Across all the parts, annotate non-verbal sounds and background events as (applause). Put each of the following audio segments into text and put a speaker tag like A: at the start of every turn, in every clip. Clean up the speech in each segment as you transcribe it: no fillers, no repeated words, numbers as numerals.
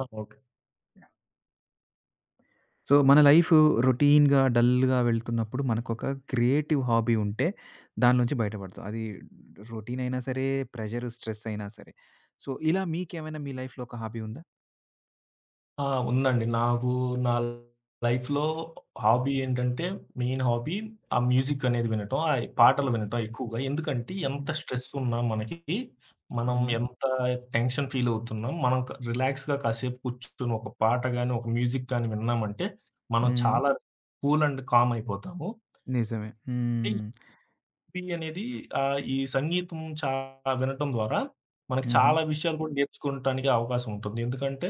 A: ఆ! Okay.
B: So, మన life రొటీన్‌గా, డల్‌గా వెళ్తున్నప్పుడు మనకొక క్రియేటివ్ హాబీ ఉంటే దాని నుంచి బయటపడతాం. అది రొటీన్ అయినా సరే, ప్రెషర్, స్ట్రెస్ అయినా సరే. సో, ఇలా మీకేమైనా మీ లైఫ్‌లో ఒక హాబీ ఉందా?
A: ఆ! ఉందండి. నా లైఫ్‌లో హాబీ ఏంటంటే, మెయిన్ హాబీ ఆ మ్యూజిక్ అనేది వినటం. ఆయి పాటలు
B: హ్మ్.
A: వినటం ఎక్కువగా. ఎందుకంటే,
B: హుహు.
A: ఎంత స్ట్రెస్ ఉన్నా మనకి, మనం
B: హ్మ్.
A: ఎంత టెన్షన్ ఫీల్ అవుతున్నాం, మనం రిలాక్స్‌గా కాసేపు కూర్చొని ఒక పాట గాని, ఒక మ్యూజిక్ గాని విన్నామంటే, మనం
B: హ్మ్.
A: చాలా కూల్ అండ్ కామ్ అయిపోతాము.
B: నిజమే. హ్మ్.
A: పి అనేది ఈ సంగీతం వినటం ద్వారా మనకు
B: హుహు.
A: చాలా విషయాలు కూడా నేర్చుకోవటానికి అవకాశం ఉంటుంది. ఎందుకంటే,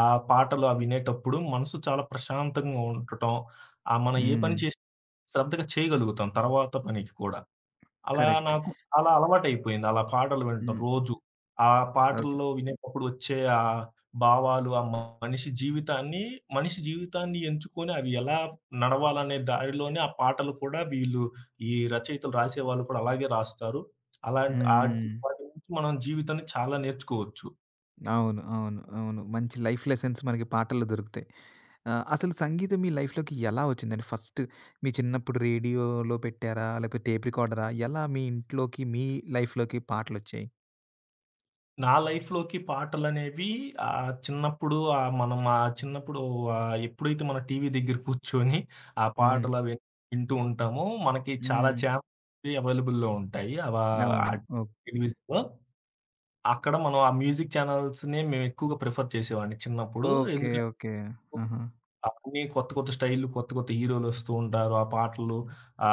A: ఆ పాటలు అవి వినేటప్పుడు మనసు చాలా ప్రశాంతంగా ఉండటం, మనం ఏ పని
B: హ్మ్.
A: చేసినా శ్రద్ధగా చేయగలుగుతాం తర్వాత పనికి కూడా. అలా
B: కరెక్టే.
A: నాకు చాలా అలవాటయిపోయింది. అలా పాటలు వినటం
B: హ్మ్.
A: రోజు. ఆ
B: ఓకే.
A: పాటల్లో వినేటప్పుడు వచ్చే ఆ భావాలు, ఆ మనిషి జీవితాన్ని మనిషి జీవితాన్ని ఎంచుకొని అవి ఎలా నడవాలనే దారిలోనే ఆ పాటలు కూడా వీళ్ళు ఈ రచయితలు రాసేవాళ్ళు కూడా అలాగే రాస్తారు. అలాంటి ఆటి
B: హ్మ్.
A: వాటి నుంచి మనం జీవితాన్ని చాలా నేర్చుకోవచ్చు.
B: అవును, అవును, అవును, మంచి లైఫ్ లెసన్స్ మనకి పాటల్లో దొరుకుతాయి. ఆ! అసలు సంగీతం మీ లైఫ్‌లోకి ఎలా వచ్చిందండి? ఫస్ట్ మీ చిన్నప్పుడు రేడియోలో పెట్టారా? లేకపోతే టేప్ రికార్డరా? ఎలా మీ ఇంట్లోకి, మీ లైఫ్‌లోకి పాటలొచ్చాయి?
A: నా లైఫ్‌లోకి పాటలనేవి చిన్నప్పుడు మనం ఆ చిన్నప్పుడు ఎప్పుడైతే మన టీవీ దగ్గర కూర్చొని ఆ
B: హ్మ్.
A: పాటలవి వింటూ ఉంటామో, మనకి చాలా
B: హ్మ్.
A: ఛానెల్స్ అవైలబుల్‌లో ఉంటాయి. ఆ
B: అవును. ఓహ్!
A: టెలివిజన్‌లో. అక్కడ మనం ఆ మ్యూజిక్ ఛానల్స్‌ని మేము ఎక్కువగా ప్రిఫర్ చేసేవాడిని చిన్నప్పుడు.
B: ఓకే.
A: ఎందుకంటే
B: ఓకే. ఆహా!
A: అవన్నీ కొత్త కొత్త స్టైల్‌లు, కొత్త కొత్త హీరోలొస్తూ ఉంటారు. ఆ పాటలు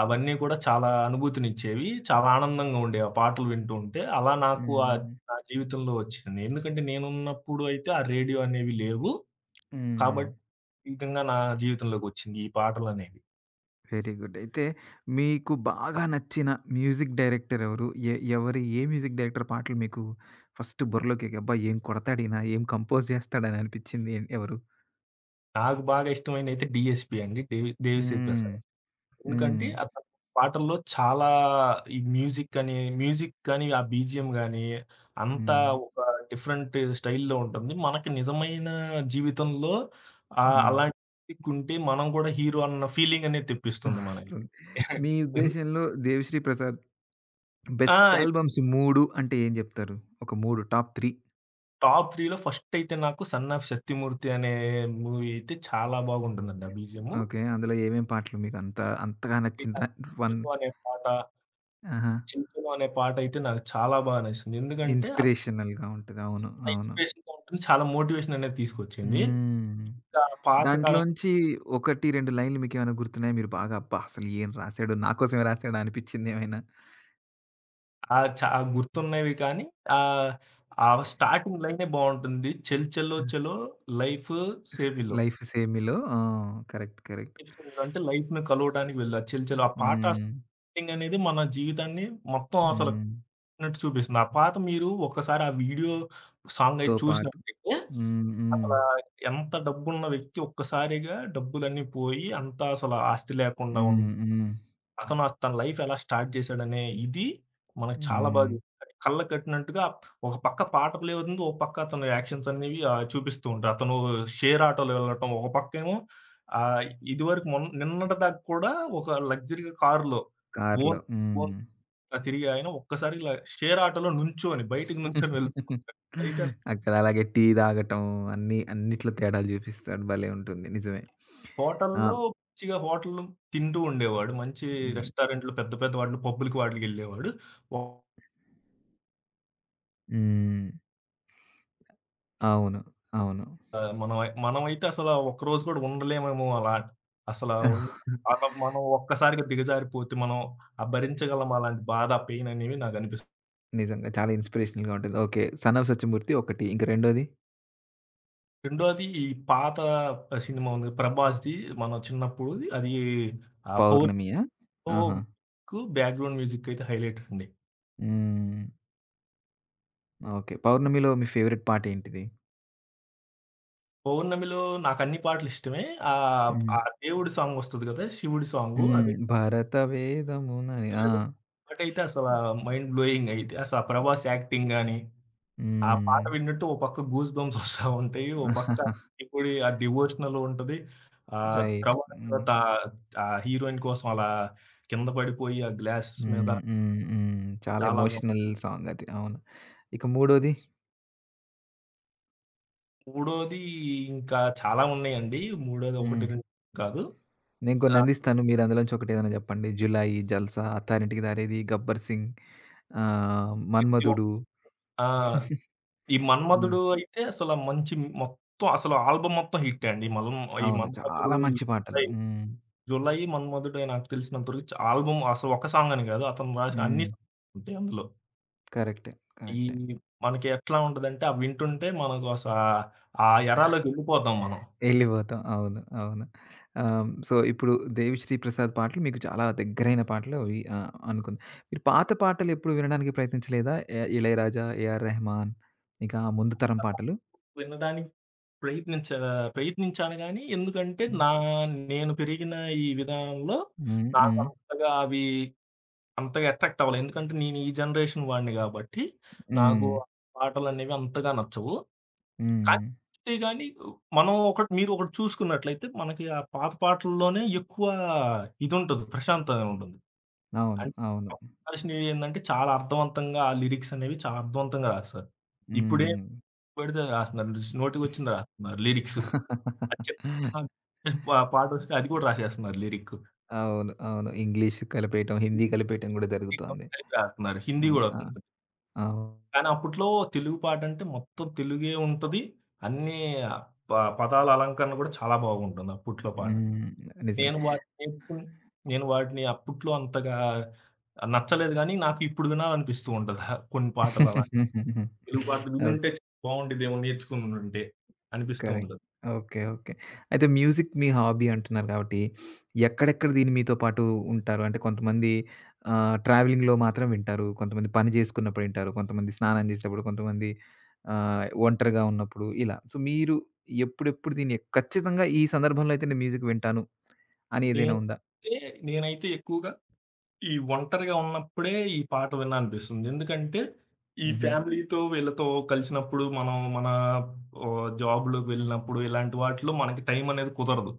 A: అవన్నీ కూడా చాలా అనుభూతినిచ్చేవి. చాలా ఆనందంగా ఉండేవి ఆ పాటలు వింటూ ఉంటే. అలా నాకు ఆ
B: హ్మ్.
A: నా జీవితంలో వచ్చింది. ఎందుకంటే నేనున్నప్పుడు అయితే ఆ రేడియో అనేవి లేవు.
B: హ్మ్.
A: కాబట్టి ఈ విధంగా నా జీవితంలోకొచ్చింది ఈ పాటలనేవి.
B: Very good. అయితే మీకు బాగా నచ్చిన మ్యూజిక్ డైరెక్టర్ ఎవరు? ఎ ఎవరి ఏ మ్యూజిక్ డైరెక్టర్ పాటలు మీకు ఫస్ట్ బుర్రలోకి ఎక్కాయి? అబ్బా! ఏం కొడతాడీన, ఏం కంపోజ్ చేస్తాడని అనిపించింది ఎవరు?
A: నాకు బాగా ఇష్టమైనదైతే 'డీఎస్‌పీ' అండి. దేవిశ్రీ
B: హ్మ్.
A: ప్రసాద్. ఎందుకంటే
B: హ్మ్.
A: అతను పాటల్లో చాలా ఈ మ్యూజిక్ అని, మ్యూజిక్ కానీ, ఆ బీజీఎం గాని అంతా
B: హ్మ్.
A: ఒక డిఫరెంట్ స్టైల్‌లో ఉంటుంది. మనకి నిజమైన జీవితంలో
B: హ్మ్.
A: అలాంటి మ్యూజిక్ ఉంటే మనం కూడా హీరో అన్న ఫీలింగ్ అనేది తెప్పిస్తుంది మనకి.
B: వస్తుంది. మీ
A: ఎన్
B: ఉద్దేశంలో 'దేవిశ్రీ ప్రసాద్' బెస్ట్
A: ఆ!
B: ఆల్బమ్స్ 3 అంటే ఏం చెప్తారు? ఒక 3, టాప్ 3.
A: టాప్ 3లో ఫస్ట్ అయితే నాకు 'సన్ ఆఫ్ శక్తిమూర్తి' అనే మూవీ అయితే చాలా బాగుంటుందండి ఆ బీజీఎం.
B: ఓకే. అందులో ఏమేం పాటలు మీకంత అంతగా నచ్చిన
A: ఇక
B: దా? వన్
A: 'చిన్‌చిను' అనే పాట,
B: ఆహా!
A: 'చిన్‌చిను' అనే పాట అయితే నాకు చాలా బాగా నచ్చింది. ఎందుకంటే
B: ఇన్‌స్పిరేషనల్‌గా ఉంటది. అవును,
A: ఆ
B: అవును.
A: ఇన్‌స్పిరేషన్‌గా ఉంటుంది. చాలా మోటివేషన్ అనేది తీసుకొచ్చింది.
B: హ్మ్.
A: ఇంకా పాతకాలం
B: దాంట్లోంచి 1, 2 లైన్లు మీకేమైనా గుర్తున్నాయా? మీరు బాగా అబ్బా! అసలు ఏం రాసాడు? నా కోసమే రాసాడా అనిపిచ్చింది ఏమైనా?
A: ఆ! ఆ గుర్తున్నవి కానీ ఆహ్, ఆ స్టార్టింగ్ లైనే బావుంటుంది. 'చెలో చెలో లైఫ్ సేవిలో'
B: 'లైఫ్ సేమి'లో ఆ! Correct, correct.
A: అంటే లైఫ్‌ని కలవటానికి వెళ్ళు. చెలో ఆ పాట
B: హ్మ్.
A: స్టార్టింగ్ అనేది మన జీవితాన్ని మొత్తం అసలు
B: హ్మ్.
A: కలిపినట్టు చూపిస్తుంది. ఆ పాత మీరు ఒక్కసారి ఆ వీడియో సాంగ్ అయి
B: 'తో' పాటు.
A: చూసినట్టయితే
B: హ్మ్. హ్మ్.
A: అసల ఎంత డబ్బున్న వ్యక్తి ఒక్కసారిగా డబ్బులన్నీ పోయి అంతా అసల ఆస్తి లేకుండా
B: హ్మ్. హ్మ్.
A: అతను ఆ తన లైఫ్ ఎలా స్టార్ట్ చేశాడనే ఇది మనకు చాలా బాగా
B: హ్మ్.
A: చూపిస్తాడు. కళ్ళకి కట్టినట్టుగా ఒక పక్క పాట ప్లే అవుతుంది. ఒక పక్క అతని యాక్షన్స్ అనేవి చూపిస్తూ ఉంటారు. అతను షేర్ ఆటోలో వెళ్ళటం, ఒక పక్కేమో ఆహ్, ఇదివరకు నిన్నటిదాకా కూడా ఒక లగ్జరీగా కారులో ఓన్
B: కార్‌లో.
A: ఓన్
B: హ్మ్.
A: తిరిగే ఆయన ఒక్కసారి ఇలా షేర్ ఆటోలో నుంచొని బయటికి నుంచొని వెళ్తూ అయితే అసలు
B: అక్కడ అలాగే టీ తాగటం అన్నీ అన్నిట్లో తేడాలు చూపిస్తాడు. భలే ఉంటుంది. నిజమే. ఆ!
A: హోటల్లో పిచ్చిగా హోటల్‌లో తింటూ ఉండేవాడు. మంచి
B: హ్మ్.
A: రెస్టారెంట్‌లు పెద్ద పెద్ద వాటిలో పబ్బులకి వాటిలకి వెళ్ళేవాడు.
B: హ్మ్. అవును, అవును.
A: ఆ! మనం అయి మనమైతే అసలా ఒక్కరోజు కూడా ఉండలేమేమో అలా. అసలా ఉన్ అలా
B: (laughs)
A: మనం ఒక్కసారిగా దిగజారిపోతే, మనం ఆ భరించగలమా అలాంటి బాధ, పెయిన్ అనేవి నాకనిపిస్తుంది.
B: నిజంగా చాలా ఇన్‌స్పిరేషనల్‌గా ఉంటుంది. ఓకే. 'సన్ ఆఫ్ సత్యమూర్తి' ఒకటి. ఇంక రెండోది
A: రెండోది ఈ పాత సినిమా ఉంది 'ప్రభాస్‌ది' మనం చిన్నప్పుడుది. అది ఆహ్,
B: 'పౌర్ణమియా'? ఆహా!
A: 'పౌర్ణమికు' బ్యాక్‌గ్రౌండ్ మ్యూజిక్ అయితే హైలైట్ అండి.
B: హ్మ్. ఓకే. 'పౌర్ణమిలో' మీ ఫేవరెట్ పాటేంటిది?
A: 'పౌర్ణమిలో' నాకన్ని పాటలు ఇష్టమే.
B: హ్మ్.
A: ఆ దేవుడి సాంగ్ వస్తది కదా! శివుడి సాంగు.
B: హ్మ్.
A: అదేదో
B: భరత వేదమునని ఆ!
A: ఏదో పాటైతే అసలా మైండ్ బ్లోయింగ్ అయిద్ది. అసలు ఆ 'ప్రభాస్' యాక్టింగ్ గాని ఆ పాట
B: హ్మ్.
A: విన్నట్టు ఓ పక్క గూస్ బంప్స్ వస్తా ఉంటాయి. ఓ పక్క ఇప్పుడు ఆ డివోషనల్ ఉంటది.
B: రైట్.
A: తర్వాత
B: హ్మ్.
A: ఆ హీరోయిన్ కోసం అలా కింద పడిపోయి ఆ గ్లాసెస్ మీద
B: హ్మ్. హ్మ్. హ్మ్. చాలా
A: చాలా బా
B: ఎమోషనల్ సాంగ్ అది. అవును. ఇక మూడోది?
A: మూడోది ఇంకా చాలా ఉన్నాయండి. మూడోది ఒకటి
B: హ్మ్.
A: రెండు కాదు.
B: నేను కొన్ని
A: ఆ!
B: అందిస్తాను. మీరు అందులోంచి ఒకటేదైనా చెప్పండి. 'జులాయి', 'జల్సా', 'అత్తారింటికి దారేది', 'గబ్బర్ సింగ్',
A: ప్రతి ఒ
B: 'మన్మధుడు'.
A: ఆ!
B: (laughs)
A: ఈ
B: హ్మ్.
A: 'మన్మధుడు' అయితే అసల మంచి మొత్తం అసలు ఆల్బమ్ మొత్తం హిట్టే అండి. ఈ
B: అవును,
A: 'మన్మధుడు'
B: చాలా
A: ఈ
B: మంచి పాటలు.
A: 'జులై',
B: హ్మ్.
A: 'జులై', 'మన్మధుడే' నాకు తెలిసినంత వరకు ఆల్బమ్ అసలు ఒక సాంగ్ అని కాదు. అతను రాసిన అన్ని
B: హ్మ్.
A: సాంగ్స్ ఉంటాయి అందులో.
B: కరెక్టే,
A: ఈ
B: కరెక్టే.
A: మనకి ఎట్లా ఉంటదంటే అవి వింటుంటే మనకు అసల ఆ ఆ ఎరాలోకి వెళ్ళిపోతాం మనం.
B: ఎళ్ళిపోతాం. అవును, అవును. సో, ఇప్పుడు 'దేవిశ్రీ ప్రసాద్' పాటలు మీకు చాలా దగ్గరైన పాటలు అవి అనుకున్నా. మీరు పాత పాటలెప్పుడు వినడానికి ప్రయత్నించలేదా? 'ఇళయరాజా', 'ఏఆర్ రెహమాన్' ఇంకా ముందు తరం పాటలు?
A: వినడానికి ప్రయత్నించ ప్రయత్నించాను గానీ, ఎందుకంటే
B: హ్మ్.
A: నా నేను పెరిగిన ఈ విధానంలో
B: హ్మ్. హ్మ్.
A: నాకంతగా అవి అంతగా అట్రాక్ట్ అవ్వలే. ఎందుకంటే నేను ఈ జనరేషన్ వాడిని గాబట్టి, నాకు
B: హ్మ్.
A: పాటలనేవి అంతగా నచ్చవు. కానీ
B: హ్మ్.
A: చూస్తే గాని మనం ఒకటి మీరు ఒకటి చూసుకున్నట్లయితే మనకి ఆ పాత పాటల్లోనే ఎక్కువ ఇదుంటది, ప్రశాంతత ఉంటుంది.
B: అవును,
A: అన్
B: అవును.
A: అప్పుడు రాసినయేందంటే, చాలా అర్థవంతంగా ఆ లిరిక్స్ అనేవి చాలా అర్థవంతంగా రాస్తారు. ఇప్పుడేం
B: హ్మ్.
A: పడితే అది రాస్తున్నారు. జస్ట్ నోటికొచ్చింది రాస్తున్నారు లిరిక్స్. అది చెప్
B: (laughs)
A: ఆ! జస్ట్ పాటొస్తే అది కూడా రాసేస్తున్నారు లిరిక్.
B: అవును, అవును, ఇంగ్లీష్ కలిపేయటం, హిందీ
A: (unintelligible)
B: కలిపేయటం కూడా జరుగుతోంది.
A: కలిపి రాస్తున్నారు.
B: ఆ!
A: హిందీ గూడా
B: ఆ!
A: అవుతుంది.
B: అవును.
A: కానీ అప్పట్లో తెలుగు పాటంటే మొత్తం తెలుగే ఉంటది. అన్నీ ప పదాల అలంకరణ కూడా చాలా బాగుంటుంది అప్పట్లో పాట.
B: హ్మ్. నిజమే.
A: నేను వాటిని నేర్చుకుని నేను వాటిని అప్పట్లో అంతగా నచ్చలేదు గానీ, నాకు ఇప్పుడు వినాలనిపిస్తూ ఉంటది. కొన్ని పాటల
B: (laughs)
A: తెలుగు పాటలు
B: ఓకే.
A: వినుంటే బావుండేదేమో నేర్చుకునుంటే అనిపిస్తూ
B: కరెక్ట్.
A: ఉంటది.
B: Okay, okay. అయితే మ్యూజిక్ మీ హాబీ అంటున్నారు కాబట్టి, ఎక్కడెక్కడ దీన్ని మీతో పాటు ఉంటారు? అంటే కొంతమంది ట్రావెలింగ్‌లో మాత్రం వింటారు. కొంతమంది పని జేసుకున్నప్పుడు వింటారు. కొంతమంది స్నానం జేసేటప్పుడు, కొంతమంది ఒంటరిగా ఉన్నప్పుడు ఇలా. సో, మీరు ఎప్పుడెప్పుడు దీన్ని ఖచ్చితంగా ఈ సందర్భంలో అయితే నేను మ్యూజిక్ వింటాను అని ఏదైనా ఉందా?
A: నేనైతే నేనైతే ఎక్కువగా ఈ ఒంటరిగా ఉన్నప్పుడే ఈ పాట విన్నా అనిపిస్తుంది. ఎందుకంటే ఈ
B: హుహు.
A: ఫ్యామిలీతో వీళ్ళతో కలిసినప్పుడు మనం మన జాబ్‌లోకి వెళ్ళినప్పుడు ఇలాంటి వాటిలో మనకి టైం అనేది కుదరదు.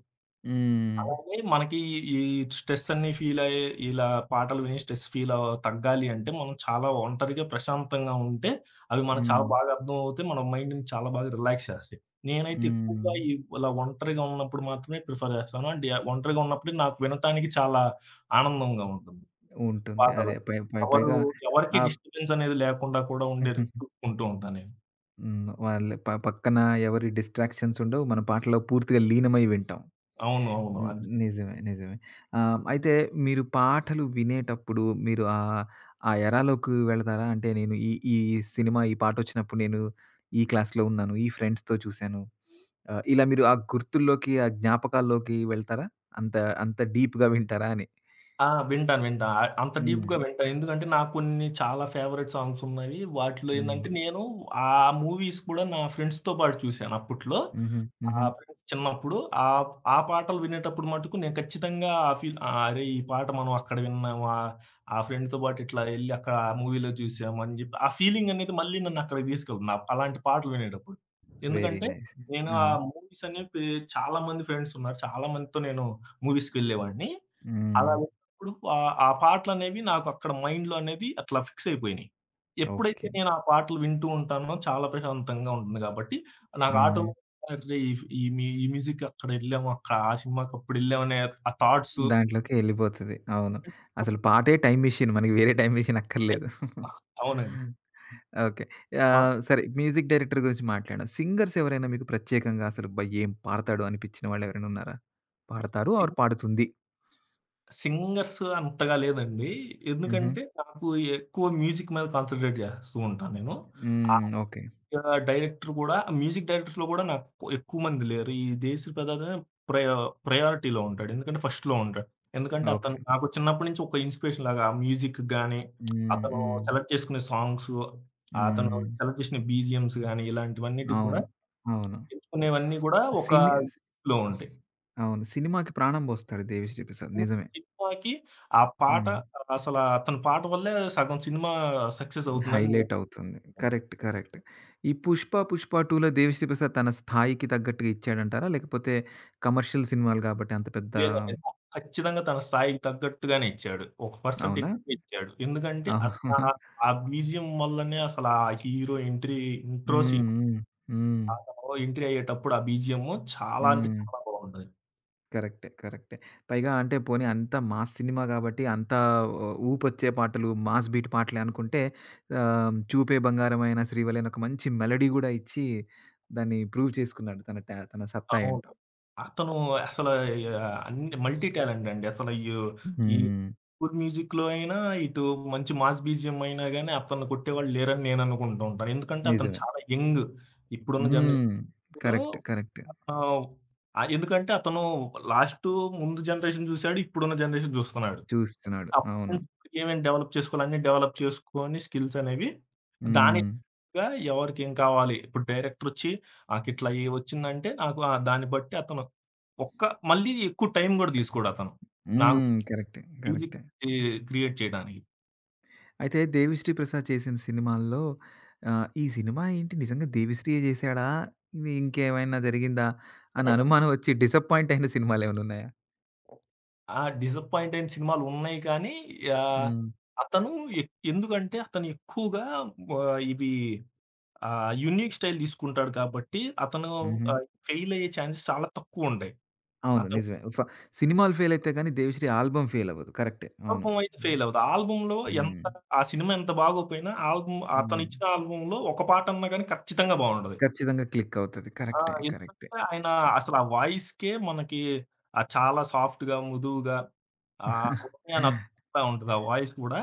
B: హ్మ్.
A: అలాగే మనకి ఈ స్ట్రెస్ అన్ని ఫీల్ అయ్యే ఇలా పాటలు విని స్ట్రెస్ ఫీల్ అవ తగ్గాలి అంటే, మనం చాలా ఒంటరిగా ప్రశాంతంగా ఉంటే, అవి మనకు చాలా
B: హ్మ్.
A: బాగా అర్థమవుతాయి. మన మైండ్‌ని చాలా బాగా రిలాక్స్ చేస్తాయి. నేనైతే
B: హ్మ్.
A: ఎక్కువగా ఈ ఇలా ఒంటరిగా ఉన్నప్పుడు మాత్రమే ప్రిఫర్ చేస్తాను. అంటే ఒంటరిగా ఉన్నప్పుడే నాకు వినటానికి చాలా ఆనందంగా ఉంటుంది
B: ఉంటుంది. అదే
A: పాటలని.
B: పై పై
A: ఎవరు
B: పైగా
A: ఎవరికీ
B: ఆ!
A: డిస్టర్బెన్స్ అనేది లేకుండా కూడా ఉండేటట్టు ఉంటూ ఉంటాను నేను.
B: హ్మ్. వాళ్ళ పక్కన ఎవరి డిస్ట్రాక్షన్స్ ఉండవు. మన పాటలో పూర్తిగా లీనమై వింటాం.
A: అవును. అవును.
B: హ్మ్.
A: అది
B: నిజమే, నిజమే. అయితే మీరు పాటలు వినేటప్పుడు మీరు ఆ ఎరాలోకి వెళతారా? అంటే నేను ఈ ఈ సినిమా ఈ పాటొచ్చినప్పుడు నేను ఈ క్లాస్‌లో ఉన్నాను. ఈ ఫ్రెండ్స్‌తో చూసాను. ఇలా మీరు ఆ గుర్తుల్లోకి, ఆ జ్ఞాపకాల్లోకి వెళ్తారా? అంత అంత డీప్‌గా వింటారా అని?
A: ఆ! వింటాను. వింటా. అంత
B: హ్మ్.
A: డీప్‌గా వింటా. ఎందుకంటే, నాకు కొన్ని చాలా ఫేవరెట్ సాంగ్స్ ఉన్నాయి. వాటిలో
B: హ్మ్.
A: ఏందంటే, నేను ఆ మూవీస్ కూడా నా ఫ్రెండ్స్‌తో పాటు చూశాను అప్పట్లో.
B: హుహు.
A: ఆ
B: హుహు.
A: ఫ్రెండ్స్ చిన్నప్పుడు. ఆ ఆ పాటలు వినేటప్పుడు మటుకు నేను ఖచ్చితంగా ఆ ఫీల్ అరే! ఈ పాట మనం అక్కడ విన్నాము. ఆ ఫ్రెండ్‌తో పాటు ఇట్లా ఎళ్లి అక్కడ ఆ మూవీలో చూసాము అని జెప్పి, ఆ ఫీలింగ్ అనేది మళ్ళీ నన్ను అక్కడికి తీసుకెళ్తుంది. అలాంటి పాటలు వినేటప్పుడు.
B: వెరీ
A: ఎందుకంటే,
B: నైస్.
A: నేను
B: ఆ!
A: ఆ మూవీస్ అనేవి చాలా మంది ఫ్రెండ్స్ ఉన్నారు. చాలా మందితో నేను మూవీస్‌కెళ్ళేవాడిని.
B: హ్మ్.
A: అలా విన్నప్పుడు ఆ పాటలనేవి నాకు అక్కడ మైండ్‌లో అనేది అట్లా ఫిక్స్ అయిపోయినాయి. ఎప్పుడైతే
B: ఓకే.
A: నేను ఆ పాటలు వింటూ ఉంటానో చాలా ప్రశాంతంగా ఉంటుంది కాబట్టి, నాకు
B: హ్మ్.
A: ఆటోమేటిక్‌గా అరే! ఈ ఈ మ్యూ ఈ మ్యూజిక్ అక్కడ ఎళ్ళాము. ఆ సినిమాకి అప్పుడెళ్ళామనే ఆ థాట్స్
B: దాంట్లోకే ఎళ్ళిపోతది. అవును. అసలు
A: (laughs)
B: పాటే టైమ్ మెషిన్. మనకి వేరే టైమ్ మెషిన్ అక్కర్లేదు.
A: (unintelligible) అవునండి.
B: ఓకే.
A: మా
B: సరే మ్యూజిక్ డైరెక్టర్ గురించి మాట్లాడాం. సింగర్స్ ఎవరైనా మీకు ప్రత్యేకంగా అసలు అబ్బా! ఏం పాడతాడు అనిపించిన వాళ్ళు ఎవరైనా ఉన్నారా? పాడతారు ఆర్
A: సింగ్
B: పాడుతుంది.
A: సింగర్స్ అంతగా లేదండి.
B: హుహు.
A: ఎందుకంటే నాకు ఎక్కువ మ్యూజిక్ మీద కాన్సంట్రేట్ చేస్తూ ఉంటాను నేను.
B: హ్మ్. ఓకే.
A: యాహ్! డైరెక్టర్ గూడా మ్యూజిక్ డైరెక్టర్స్‌లో గూడా నాకు ఎక్కువ మంది లేరు. ఈ 'దేశీ ప్రదాద' ప్రయా ప్రయారిటీలో ఉంటాడు. ఎందుకంటే ఫస్ట్‌లో ఉంటాడు. ఎందుకంటే అతను
B: ఓకే.
A: నాకు చిన్నప్పటి నుంచి ఒక ఇన్‌స్పిరేషన్ లాగా ఆ మ్యూజిక్‌కి గాని,
B: హ్మ్.
A: అతను
B: హ్మ్.
A: సెలెక్ట్ చేసుకునే సాంగ్సు, అతను
B: హ్మ్.
A: సెలెక్ట్ చేసిన బీజీఎమ్స్ గాని, ఇలాంటివన్నిటి కూడా
B: అవును, అవును.
A: ఎంచుకునేవన్నీ గూడా ఒక
B: సిని
A: లో ఉంటాయి.
B: అవును, సినిమాకి ప్రాణం పోస్తాడు 'దేవిశ్రీ ప్రసాద్' నిజమే.
A: సినిమాకి ఆ పాట
B: హ్మ్.
A: అసల అతని పాట వల్లే సగం సినిమా సక్సెస్ అవుతుందని నేను
B: హైలైట్ అవుతుంది. Correct, correct. ఈ 'పుష్ప', 'పుష్ప 2'లో 'దేవిశ్రీ ప్రసాద్' తన స్థాయికి తగ్గట్టుగా ఇచ్చాడంటారా? లేకపోతే కమర్షియల్ సినిమాలు కాబట్టి అంత పెద్ద
A: లేదండి. ఖచ్చితంగా తన స్థాయికి తగ్గట్టుగానే ఇచ్చాడు. ఒక పర్సెంట్
B: అవునా?
A: ఎక్కువే ఇచ్చాడు. ఎందుకంటే అట్లా ఆ బీజీఎం వల్లనే అసల ఆ హీరో ఎంట్రీ ఇంట్రో
B: హ్మ్.
A: సీన్
B: హ్మ్. హ్మ్.
A: అతను ఎంట్రీ అయ్యేటప్పుడు ఆ బీజీఎం చాలా అంటే
B: హ్మ్.
A: చాలా బాగుంటది.
B: కరెక్టే, కరెక్టే. పైగా అంటే పోనీ అంత మాస్ సినిమా కాబట్టి అంత ఊపొచ్చే పాటలు, మాస్ బీట్ పాటలే అనుకుంటే 'చూపే బంగారమైన శ్రీవల్లి' అని ఒక మంచి మెలోడీ గూడా ఇచ్చి దాన్ని ప్రూవ్ చేసుకున్నాడు. తన సత్తా
A: అవును.
B: ఏంటో.
A: అతను అసలు అన్ని మల్టీ టాలెంట్ అండి. అసలు ఈ
B: హ్మ్.
A: గుడ్ మ్యూజిక్‌లో అయినా, ఇటు మంచి మాస్ బీజీఎం అయినా గాని అతన్ని కొట్టేవాళ్ళు లేరని నేను అనుకుంటూ ఉంటాను. ఎందుకంటే అతను
B: నిజమే.
A: చాలా యంగ్. ఇప్పుడున్న
B: హ్మ్.
A: జనరేషన్‌లో
B: కరెక్ట్, కరెక్ట్.
A: ఆ! ఎందుకంటే అతను లాస్టు ముందు జనరేషన్ చూసాడు. ఇప్పుడున్న జనరేషన్ చూస్తున్నాడు.
B: చూస్తున్నాడు.
A: అప్పటి
B: అవును.
A: నుంచి ఇప్పటికి ఏమేం డెవలప్ చేసుకోవాలి అన్నీ డెవలప్ చేసుకొని స్కిల్స్ అనేవి దానికి
B: హ్మ్.
A: తగ్గట్టుగా ఎవరికేం కావాలి. ఇప్పుడు డైరెక్టర్ వచ్చి నాకు ఇట్లా ఏ వచ్చిందంటే నాకు దాన్ని బట్టి అతను ఒక్క మళ్ళీ ఎక్కువ టైం కూడా తీసుకోడు అతను. నాకు
B: హ్మ్. కరెక్టే,
A: మ్యూజిక్
B: కరెక్టే.
A: ఈ క్రియేట్ చేయడానికి.
B: అయితే దేవిశ్రీ ప్రసాద్ చేసిన సినిమాల్లో ఈ సినిమా ఏంటి? నిజంగా దేవిశ్రీయే జేశాడా? ఇది ఇంకేమైనా జరిగిందా? అని
A: హ్మ్.
B: అనుమానం ఒచ్చి డిసప్పాయింట్ అయిన సినిమాలేమైనా ఉన్నాయా?
A: ఆ డిసప్పాయింట్ అయిన సినిమాలు ఉన్నాయి కానీ ఆహ్,
B: హ్మ్.
A: అతను ఎ ఎందుకంటే అతను ఎక్కువగా ఇవి ఆ! యూనిక్ స్టైల్ తీసుకుంటాడు కాబట్టి, అతను
B: హుహు.
A: ఫెయిల్ అయ్యే ఛాన్సెస్ చాలా తక్కువుంటాయి.
B: అవును,
A: అతను
B: నిజమే. సినిమాలు ఫెయిల్ అయితే గాని దేవిశ్రీ ఆల్బమ్ ఫెయిల్ అవ్వదు. కరెక్టే. అవును.
A: ఆల్బమ్ అయితే ఫెయిల్ అవ్వదు. ఆల్బమ్‌లో
B: హ్మ్.
A: ఎంత ఆ సినిమా ఎంత బాగోపోయినా ఆల్బమ్ అతను
B: హ్మ్.
A: ఇచ్చిన ఆల్బమ్‌లో ఒక పాటన్నా గాని ఖచ్చితంగా బావుంటది.
B: ఖచ్చితంగా క్లిక్ అవుతది.
A: ఆ!
B: కరెక్టే, కరెక్టే.
A: ఎందుకంటే ఆయన అసలు ఆ వాయిస్‌కే మనకి ఆ చాలా సాఫ్ట్‌గా, మృదువుగా అవన్నీ అని
B: (laughs)
A: అతుక్కుంటా ఉంటది ఆ వాయిస్ కూడా.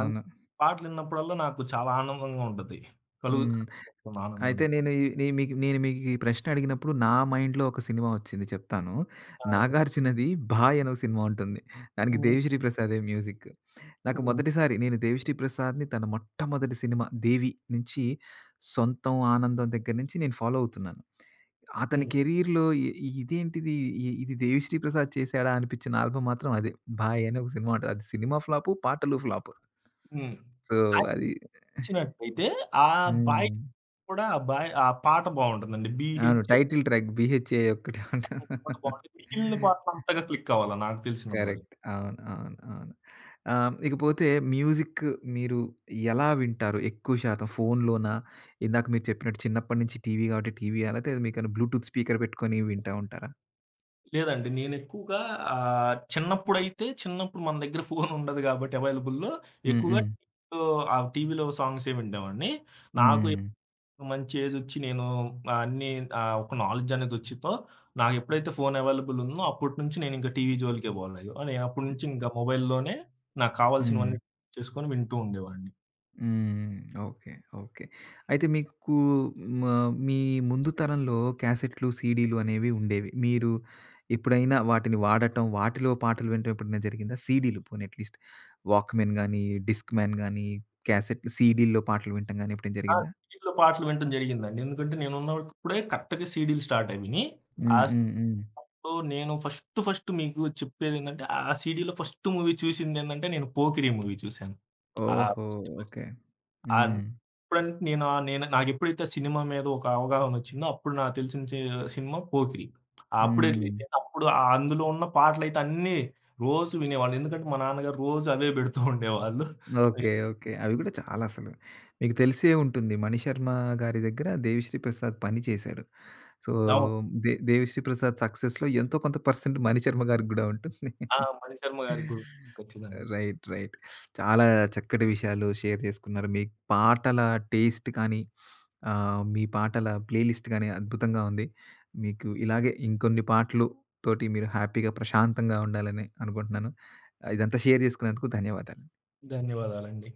A: అన్ పాటలు విన్నప్పుడల్లా నాకు చాలా ఆనందంగా ఉంటది.
B: హ్మ్.
A: కలుగుతుంది ఆనందం.
B: అయితే నేను ఈ నీ మీకు నేను మీకు ఈ ప్రశ్న అడిగినప్పుడు నా మైండ్‌లో ఒక సినిమా వచ్చింది చెప్తాను.
A: ఆ!
B: 'నాగార్జునది' 'బాయ్' అనే ఒక సినిమా ఉంటుంది. దానికి
A: హ్మ్.
B: 'దేవిశ్రీ ప్రసాదే' మ్యూజిక్. నాకు
A: హ్మ్.
B: మొదటిసారి నేను 'దేవిశ్రీ ప్రసాద్‌ని' తన మొట్టమొదటి సినిమా 'దేవి' నుంచి 'సొంతం ఆనందం' దగ్గర నుంచి నేను ఫాలో అవుతున్నాను. అతని
A: హ్మ్.
B: కెరియర్‌లో ఇదేంటిది, ఇది 'దేవిశ్రీ ప్రసాద్' చేశాడా అనిపించిన ఆల్బమ్ మాత్రం అదే. 'బాయ్' అనే ఒక సినిమా ఉంటది. అది సినిమా ఫ్లాపు, పాటలు ఫ్లాపు.
A: హ్మ్.
B: సో, అది
A: వచ్చినట్టయితే ఆ
B: హ్మ్.
A: బాయ్స్ ఆ బాయ్ ఆ పాట బావుంటుందండి.
B: అవును,
A: 'బీహెచ్‌ఎ'
B: టైటిల్ ట్రాక్ 'బీహెచ్‌ఏ' ఒక్కటే ఉంట
A: పాట బావుంటుంది. మిగిలిన పాటలు అంతగా క్లిక్ అవ్వల నాకు తెలిసినంత వరకు.
B: కరెక్ట్. అవును, అవును, అవును. ఇకపోతే మ్యూజిక్ మీరు ఎలా వింటారు? ఎక్కువ శాతం ఫోన్‌లోనా? ఇందాక మీరు చెప్పినట్టు చిన్నప్పటి నుంచి టీవీ కాబట్టి టీవీయా? లేతే మీకేమైనా బ్లూటూత్ స్పీకర్ పెట్టుకొని వింటా ఉంటారా?
A: లేదండి నేనెక్కువగా చిన్నప్పుడైతే చిన్నప్పుడు మన దగ్గర ఫోన్ ఉండదు కాబట్టి అవైలబుల్‌లో
B: హ్మ్.
A: ఎక్కువగా
B: హ్మ్.
A: టీవీలో ఆ టీవీలో సాంగ్సే విండేవాడిని. నాకు
B: హ్మ్.
A: ఇప్పుడు మంచి ఏజొచ్చి నేను అన్నీ ఒక నాలెడ్జ్ అనేదొచ్చిద్దో నాకెప్పుడైతే ఫోన్ అవైలబుల్ ఉందో అప్పటి నుంచి నేనింక టీవీ జోలికే పోలేదు. నేనప్పటి నుంచి ఇంక మొబైల్‌లోనే నాకు
B: హ్మ్.
A: కావాల్సినవన్నీ చేసుకొని వింటూ ఉండేవాడిని.
B: హ్మ్. Okay, okay. అయితే మీకు మ మీ ముందు తరంలో క్యాసెట్‌లు, సీడీలు అనేవి ఉండేవి. మీరు ఎప్పుడైనా వాటిని వాడటం, వాటిలో పాటలు వినటం ఎప్పుడైనా జరిగిందా? సీడీలు పోనీ అట్‌లీస్ట్ వాక్‌మెన్ గానీ, డిస్క్‌మ్యాన్ గానీ, క్యాసెట్ సీడీల్లో పాటలు వినటం గానీ ఎప్పుడైనా
A: ఆ!
B: జరిగిందా?
A: సీడీలో పాటలు వినటం జరిగిందండి. ఎందుకంటే నేనున్నప్పుడే కరెక్ట్‌గా సీడీలు స్టార్ట్ అయినియి. ఆ
B: హ్మ్. హ్మ్. హ్మ్.
A: అప్పుడు నేను ఫస్ట్ ఫస్ట్ మీకు చెప్పేదేంటంటే, ఆ సీడీలో ఫస్ట్ మూవీ చూసిందేంటంటే, నేను 'పోకిరి' మూవీ చూసాను. ఆ
B: ఓహో!
A: First first
B: okay.
A: ఆన్
B: హ్మ్.
A: ఎప్పుడంటే నేను నాకెప్పుడైతే సినిమా మీద ఒక అవగాహన వచ్చిందో, అప్పుడు నాకు తెలిసిన సినిమా 'పోకిరి.' అప్పుడెళ్ళి
B: హ్మ్.
A: నేను అప్పుడు అందులో ఉన్న పాటలైతే అన్నీ రోజు వినేవాళ్ళం. ఎందుకంటే, మా నాన్నగారు రోజు అవే పెడుతూ ఉండేవాళ్ళు.
B: Okay, okay. అవి గూడా చాలా అసలు మీకు తెలిసే ఉంటుంది. 'మణిశర్మ' గారి దగ్గర 'దేవిశ్రీ ప్రసాద్' పని చేశాడు. సో,
A: అవును.
B: 'దేవిశ్రీ ప్రసాద్' సక్సెస్‌లో ఎంతో కొంత పర్సెంట్ మణిశర్మ గారికి గూడా ఉంటుంది.
A: ఆ! మణిశర్మ గారికి కూడా ఖచ్చితంగా.
B: Right, right. చాలా చక్కటి విషయాలు షేర్ చేసుకున్నారు. మీ పాటల టేస్ట్ కానీ, మీ పాటల ప్లేలిస్ట్ గానీ అద్భుతంగా ఉంది. మీకు ఇలాగే ఇంకొన్ని పాటలు తోటి మీరు హ్యాపీగా, ప్రశాంతంగా ఉండాలని అనుకుంటున్నాను. ఇదంతా షేర్ చేసుకున్నందుకు ధన్యవాదాలు.
A: ధన్యవాదాలండి.